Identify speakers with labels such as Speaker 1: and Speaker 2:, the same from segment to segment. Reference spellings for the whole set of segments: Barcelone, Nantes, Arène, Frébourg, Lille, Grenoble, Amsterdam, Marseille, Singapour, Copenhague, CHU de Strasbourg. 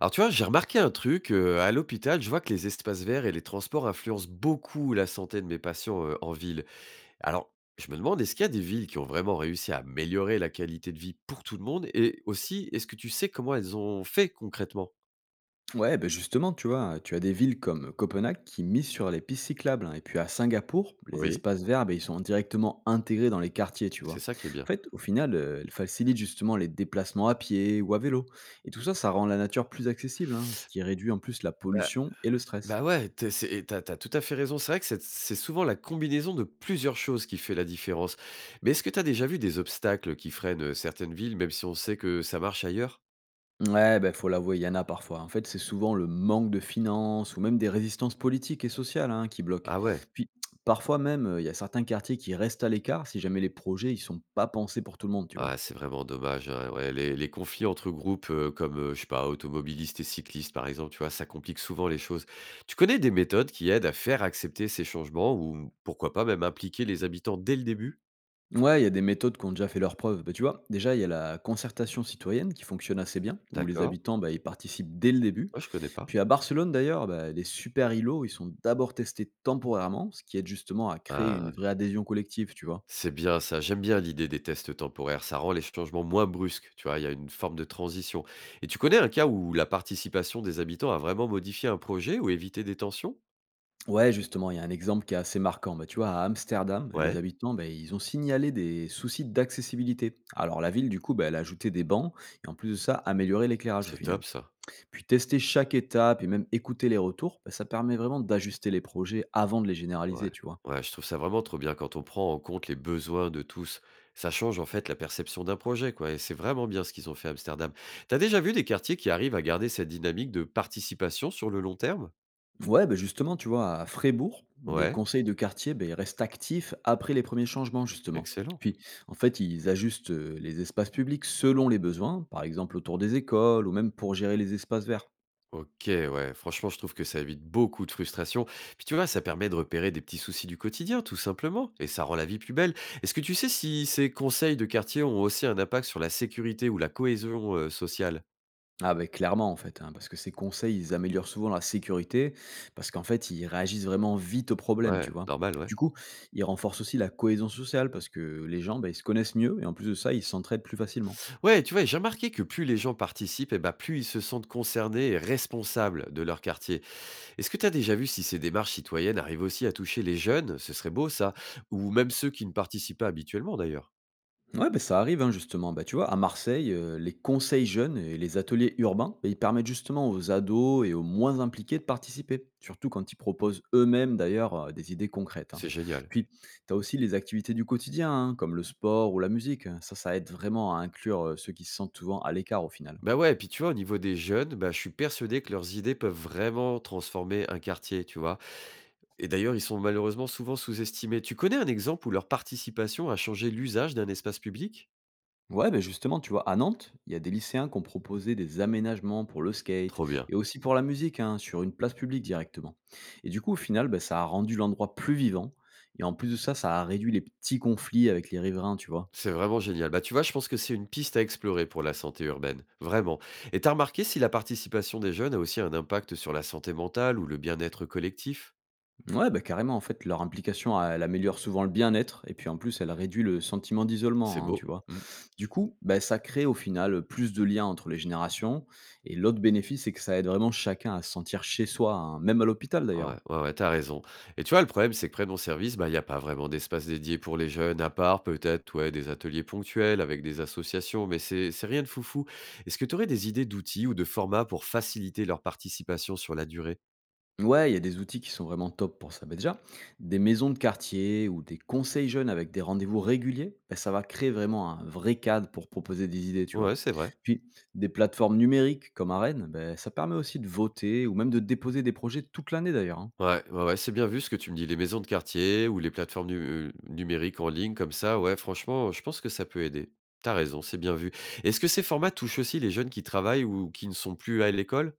Speaker 1: Alors tu vois, j'ai remarqué un truc, à l'hôpital, je vois que les espaces verts et les transports influencent beaucoup la santé de mes patients en ville. Alors, je me demande, est-ce qu'il y a des villes qui ont vraiment réussi à améliorer la qualité de vie pour tout le monde? Et aussi, est-ce que tu sais comment elles ont fait concrètement?
Speaker 2: Ouais, ben justement, tu vois, tu as des villes comme Copenhague qui misent sur les pistes cyclables, hein. Et puis à Singapour, les
Speaker 1: Oui,
Speaker 2: espaces verts, ben, ils sont directement intégrés dans les quartiers, tu vois.
Speaker 1: c'est ça qui est
Speaker 2: En
Speaker 1: bien.
Speaker 2: fait, au final, elles facilitent justement les déplacements à pied ou à vélo. Et tout ça, ça rend la nature plus accessible, hein, ce qui réduit en plus la
Speaker 1: Bah,
Speaker 2: pollution et le stress.
Speaker 1: bah ouais, et t'as tout à fait raison. C'est vrai que c'est souvent la combinaison de plusieurs choses qui fait la différence. Mais est-ce que t'as déjà vu des obstacles qui freinent certaines villes, même si on sait que ça marche ailleurs?
Speaker 2: Ouais, ben faut l'avouer, il y en a parfois. En fait, c'est souvent le manque de finances ou même des résistances politiques et sociales, hein, qui bloquent.
Speaker 1: Ah ouais.
Speaker 2: Puis parfois même, il y a certains quartiers qui restent à l'écart si jamais les projets ils sont pas pensés pour tout le monde, tu vois.
Speaker 1: Ah, c'est vraiment dommage, hein. Ouais, les conflits entre groupes, comme, je sais pas, automobilistes et cyclistes, par exemple, tu vois? Ça complique souvent les choses. Tu connais des méthodes qui aident à faire accepter ces changements ou pourquoi pas même impliquer les habitants dès le début?
Speaker 2: Ouais, il y a des méthodes qui ont déjà fait leurs preuves. Bah, tu vois, déjà, il y a la concertation citoyenne qui fonctionne assez bien, où les
Speaker 1: D'accord.
Speaker 2: habitants, bah, ils participent dès le début.
Speaker 1: Moi, je connais pas.
Speaker 2: Puis à Barcelone, d'ailleurs, bah, les super îlots, ils sont d'abord testés temporairement, ce qui aide justement à créer une
Speaker 1: Ah,
Speaker 2: vraie adhésion collective, tu vois.
Speaker 1: c'est bien ça. J'aime bien l'idée des tests temporaires. Ça rend les changements moins brusques, tu vois? Il y a une forme de transition, et tu connais un cas où la participation des habitants a vraiment modifié un projet ou évité des tensions?
Speaker 2: Ouais, justement, il y a un exemple qui est assez marquant. Bah, tu vois, à Amsterdam, les
Speaker 1: Ouais,
Speaker 2: habitants, bah, ils ont signalé des soucis d'accessibilité. Alors la ville, du coup, bah, elle a ajouté des bancs et en plus de ça, amélioré l'éclairage au
Speaker 1: c'est
Speaker 2: final.
Speaker 1: top ça.
Speaker 2: Puis tester chaque étape et même écouter les retours, bah, ça permet vraiment d'ajuster les projets avant de les
Speaker 1: Ouais,
Speaker 2: généraliser, tu vois.
Speaker 1: ouais, je trouve ça vraiment trop bien quand on prend en compte les besoins de tous. Ça change en fait la perception d'un projet, quoi. Et c'est vraiment bien ce qu'ils ont fait à Amsterdam. T'as déjà vu des quartiers qui arrivent à garder cette dynamique de participation sur le long terme?
Speaker 2: Ouais, bah, justement, tu vois, à Frébourg, des
Speaker 1: Ouais,
Speaker 2: conseils de quartier, bah, ils restent actifs après les premiers changements, justement.
Speaker 1: excellent.
Speaker 2: Puis, en fait, ils ajustent les espaces publics selon les besoins, par exemple autour des écoles ou même pour gérer les espaces verts.
Speaker 1: Ok, ouais, franchement, je trouve que ça évite beaucoup de frustration. Puis tu vois, ça permet de repérer des petits soucis du quotidien, tout simplement, et ça rend la vie plus belle. Est-ce que tu sais si ces conseils de quartier ont aussi un impact sur la sécurité ou la cohésion sociale?
Speaker 2: Ah ben clairement en fait, hein, parce que ces conseils, ils améliorent souvent la sécurité, parce qu'en fait, ils réagissent vraiment vite aux problèmes, tu
Speaker 1: Ouais,
Speaker 2: vois?
Speaker 1: normal, ouais.
Speaker 2: Du coup, ils renforcent aussi la cohésion sociale, parce que les gens, ben ils se connaissent mieux et en plus de ça, ils s'entraident plus facilement.
Speaker 1: Ouais, tu vois, j'ai remarqué que plus les gens participent, et ben plus ils se sentent concernés et responsables de leur quartier. Est-ce que tu as déjà vu si ces démarches citoyennes arrivent aussi à toucher les jeunes? Ce serait beau ça. Ou même ceux qui ne participent pas habituellement d'ailleurs.
Speaker 2: Ouais, bah, ça arrive, hein, justement. Bah, tu vois, à Marseille, les conseils jeunes et les ateliers urbains, bah, ils permettent justement aux ados et aux moins impliqués de participer, surtout quand ils proposent eux-mêmes d'ailleurs des idées concrètes, hein.
Speaker 1: C'est génial.
Speaker 2: Puis, tu as aussi les activités du quotidien, hein, comme le sport ou la musique. Ça aide vraiment à inclure ceux qui se sentent souvent à l'écart au final.
Speaker 1: Bah ouais, et puis tu vois, au niveau des jeunes, bah, je suis persuadé que leurs idées peuvent vraiment transformer un quartier, tu vois. Et d'ailleurs, ils sont malheureusement souvent sous-estimés. Tu connais un exemple où leur participation a changé l'usage d'un espace public?
Speaker 2: Ouais, ben justement, tu vois, à Nantes, il y a des lycéens qui ont proposé des aménagements pour le skate
Speaker 1: Trop bien.
Speaker 2: et aussi pour la musique, hein, sur une place publique directement. Et du coup, au final, ben ça a rendu l'endroit plus vivant. Et en plus de ça, ça a réduit les petits conflits avec les riverains, tu vois.
Speaker 1: C'est vraiment génial. Bah, tu vois, je pense que c'est une piste à explorer pour la santé urbaine, vraiment. Et t'as remarqué si la participation des jeunes a aussi un impact sur la santé mentale ou le bien-être collectif?
Speaker 2: Ouais, ben carrément, en fait, leur implication, elle améliore souvent le bien-être et puis en plus, elle réduit le sentiment
Speaker 1: C'est
Speaker 2: d'isolement, hein, tu
Speaker 1: beau.
Speaker 2: vois.
Speaker 1: Mm.
Speaker 2: Du coup, ben ça crée au final plus de liens entre les générations. Et l'autre bénéfice, c'est que ça aide vraiment chacun à se sentir chez soi, hein, même à l'hôpital d'ailleurs,
Speaker 1: Ouais,
Speaker 2: hein.
Speaker 1: ouais, ouais, t'as raison. Et tu vois, le problème, c'est que près de mon service, bah, il n'y a pas vraiment d'espace dédié pour les jeunes, à part peut-être, ouais, des ateliers ponctuels avec des associations, mais c'est rien de foufou. Est-ce que tu aurais des idées d'outils ou de formats pour faciliter leur participation sur la durée?
Speaker 2: Ouais, il y a des outils qui sont vraiment top pour ça. Mais déjà, des maisons de quartier ou des conseils jeunes avec des rendez-vous réguliers, ben, ça va créer vraiment un vrai cadre pour proposer des idées, tu vois.
Speaker 1: Ouais, c'est vrai.
Speaker 2: Puis, des plateformes numériques comme Arène, ben, ça permet aussi de voter ou même de déposer des projets toute l'année d'ailleurs, hein.
Speaker 1: Ouais, ouais, ouais, c'est bien vu ce que tu me dis. Les maisons de quartier ou les plateformes numériques en ligne comme ça, ouais, franchement, je pense que ça peut aider. T'as raison, c'est bien vu. Est-ce que ces formats touchent aussi les jeunes qui travaillent ou qui ne sont plus à l'école?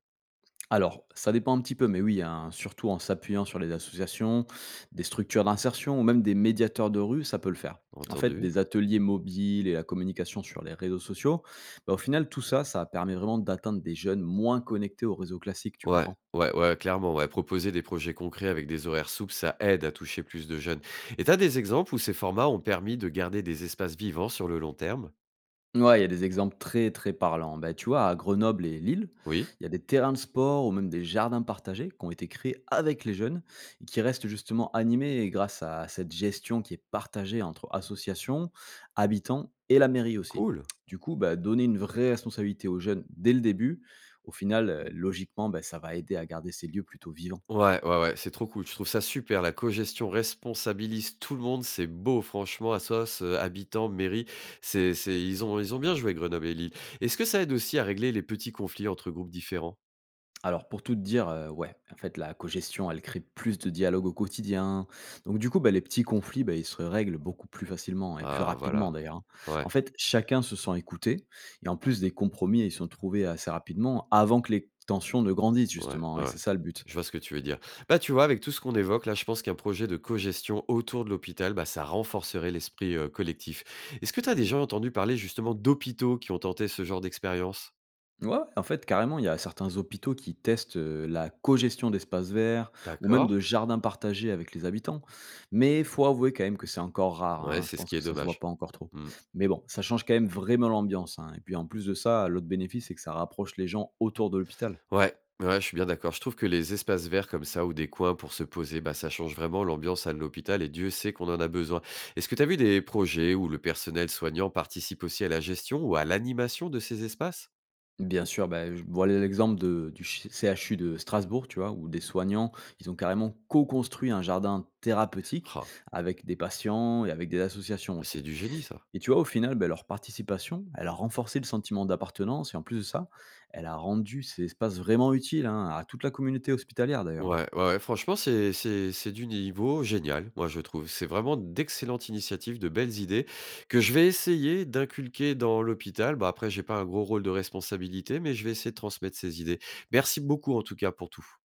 Speaker 2: Alors, ça dépend un petit peu, mais oui, hein, surtout en s'appuyant sur les associations, des structures d'insertion ou même des médiateurs de rue, ça peut le faire. En fait,
Speaker 1: Entendu.
Speaker 2: des ateliers mobiles et la communication sur les réseaux sociaux, bah, au final, tout ça, ça permet vraiment d'atteindre des jeunes moins connectés aux réseaux classiques, tu
Speaker 1: Ouais,
Speaker 2: comprends?
Speaker 1: ouais, ouais, clairement, ouais. Proposer des projets concrets avec des horaires souples, ça aide à toucher plus de jeunes. Et t'as des exemples où ces formats ont permis de garder des espaces vivants sur le long terme?
Speaker 2: Ouais, il y a des exemples très, très parlants. Bah, tu vois, à Grenoble et Lille,
Speaker 1: Oui?
Speaker 2: il y a des terrains de sport ou même des jardins partagés qui ont été créés avec les jeunes et qui restent justement animés grâce à cette gestion qui est partagée entre associations, habitants et la mairie aussi.
Speaker 1: Cool.
Speaker 2: Du coup, bah, donner une vraie responsabilité aux jeunes dès le début, au final, logiquement, bah, ça va aider à garder ces lieux plutôt vivants.
Speaker 1: Ouais, ouais, ouais, c'est trop cool. Je trouve ça super. La cogestion responsabilise tout le monde. C'est beau, franchement. Assos, habitants, mairie, c'est ils ont bien joué Grenoble et Lille. Est-ce que ça aide aussi à régler les petits conflits entre groupes différents?
Speaker 2: Alors pour tout te dire, ouais, en fait la cogestion, elle crée plus de dialogue au quotidien. Donc du coup, bah, les petits conflits, bah, ils se règlent beaucoup plus facilement et plus
Speaker 1: Ah
Speaker 2: rapidement
Speaker 1: voilà.
Speaker 2: d'ailleurs, hein. En
Speaker 1: Ouais,
Speaker 2: fait, chacun se sent écouté et en plus des compromis, ils sont trouvés assez rapidement avant que les tensions ne grandissent
Speaker 1: ouais,
Speaker 2: justement, hein,
Speaker 1: ouais,
Speaker 2: et
Speaker 1: ouais.
Speaker 2: c'est ça le but.
Speaker 1: Je vois ce que tu veux dire. Bah, tu vois, avec tout ce qu'on évoque là, je pense qu'un projet de cogestion autour de l'hôpital, bah, ça renforcerait l'esprit, collectif. Est-ce que tu as déjà entendu parler justement d'hôpitaux qui ont tenté ce genre d'expérience?
Speaker 2: Ouais, ouais, en fait, carrément, il y a certains hôpitaux qui testent la co-gestion d'espaces verts ou même
Speaker 1: D'accord.
Speaker 2: de jardins partagés avec les habitants. Mais faut avouer quand même que c'est encore rare,
Speaker 1: Ouais,
Speaker 2: hein. Je
Speaker 1: c'est ce
Speaker 2: pense
Speaker 1: qui est
Speaker 2: que ça se voit
Speaker 1: dommage.
Speaker 2: pas encore trop.
Speaker 1: Mmh.
Speaker 2: Mais bon, ça change quand même vraiment l'ambiance, hein. Et puis en plus de ça, l'autre bénéfice, c'est que ça rapproche les gens autour de l'hôpital.
Speaker 1: Ouais, ouais, je suis bien d'accord. Je trouve que les espaces verts comme ça ou des coins pour se poser, bah, ça change vraiment l'ambiance à l'hôpital et Dieu sait qu'on en a besoin. Est-ce que tu as vu des projets où le personnel soignant participe aussi à la gestion ou à l'animation de ces espaces?
Speaker 2: Bien sûr, bah, je vois l'exemple du CHU de Strasbourg, tu vois, où des soignants, ils ont carrément co-construit un jardin thérapeutique
Speaker 1: Ah,
Speaker 2: avec des patients et avec des associations aussi.
Speaker 1: c'est du génie ça.
Speaker 2: Et tu vois, au final, bah, leur participation, elle a renforcé le sentiment d'appartenance et en plus de ça, elle a rendu ces espaces vraiment utiles, hein, à toute la communauté hospitalière d'ailleurs.
Speaker 1: Ouais, ouais, ouais, franchement, c'est du niveau génial, moi je trouve. C'est vraiment d'excellentes initiatives, de belles idées que je vais essayer d'inculquer dans l'hôpital. Bah, après, j'ai pas un gros rôle de responsabilité, mais je vais essayer de transmettre ces idées. Merci beaucoup en tout cas pour tout.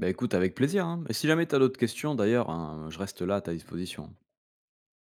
Speaker 2: Bah écoute, avec plaisir, hein. Et si jamais tu as d'autres questions, d'ailleurs, hein, je reste là à ta disposition.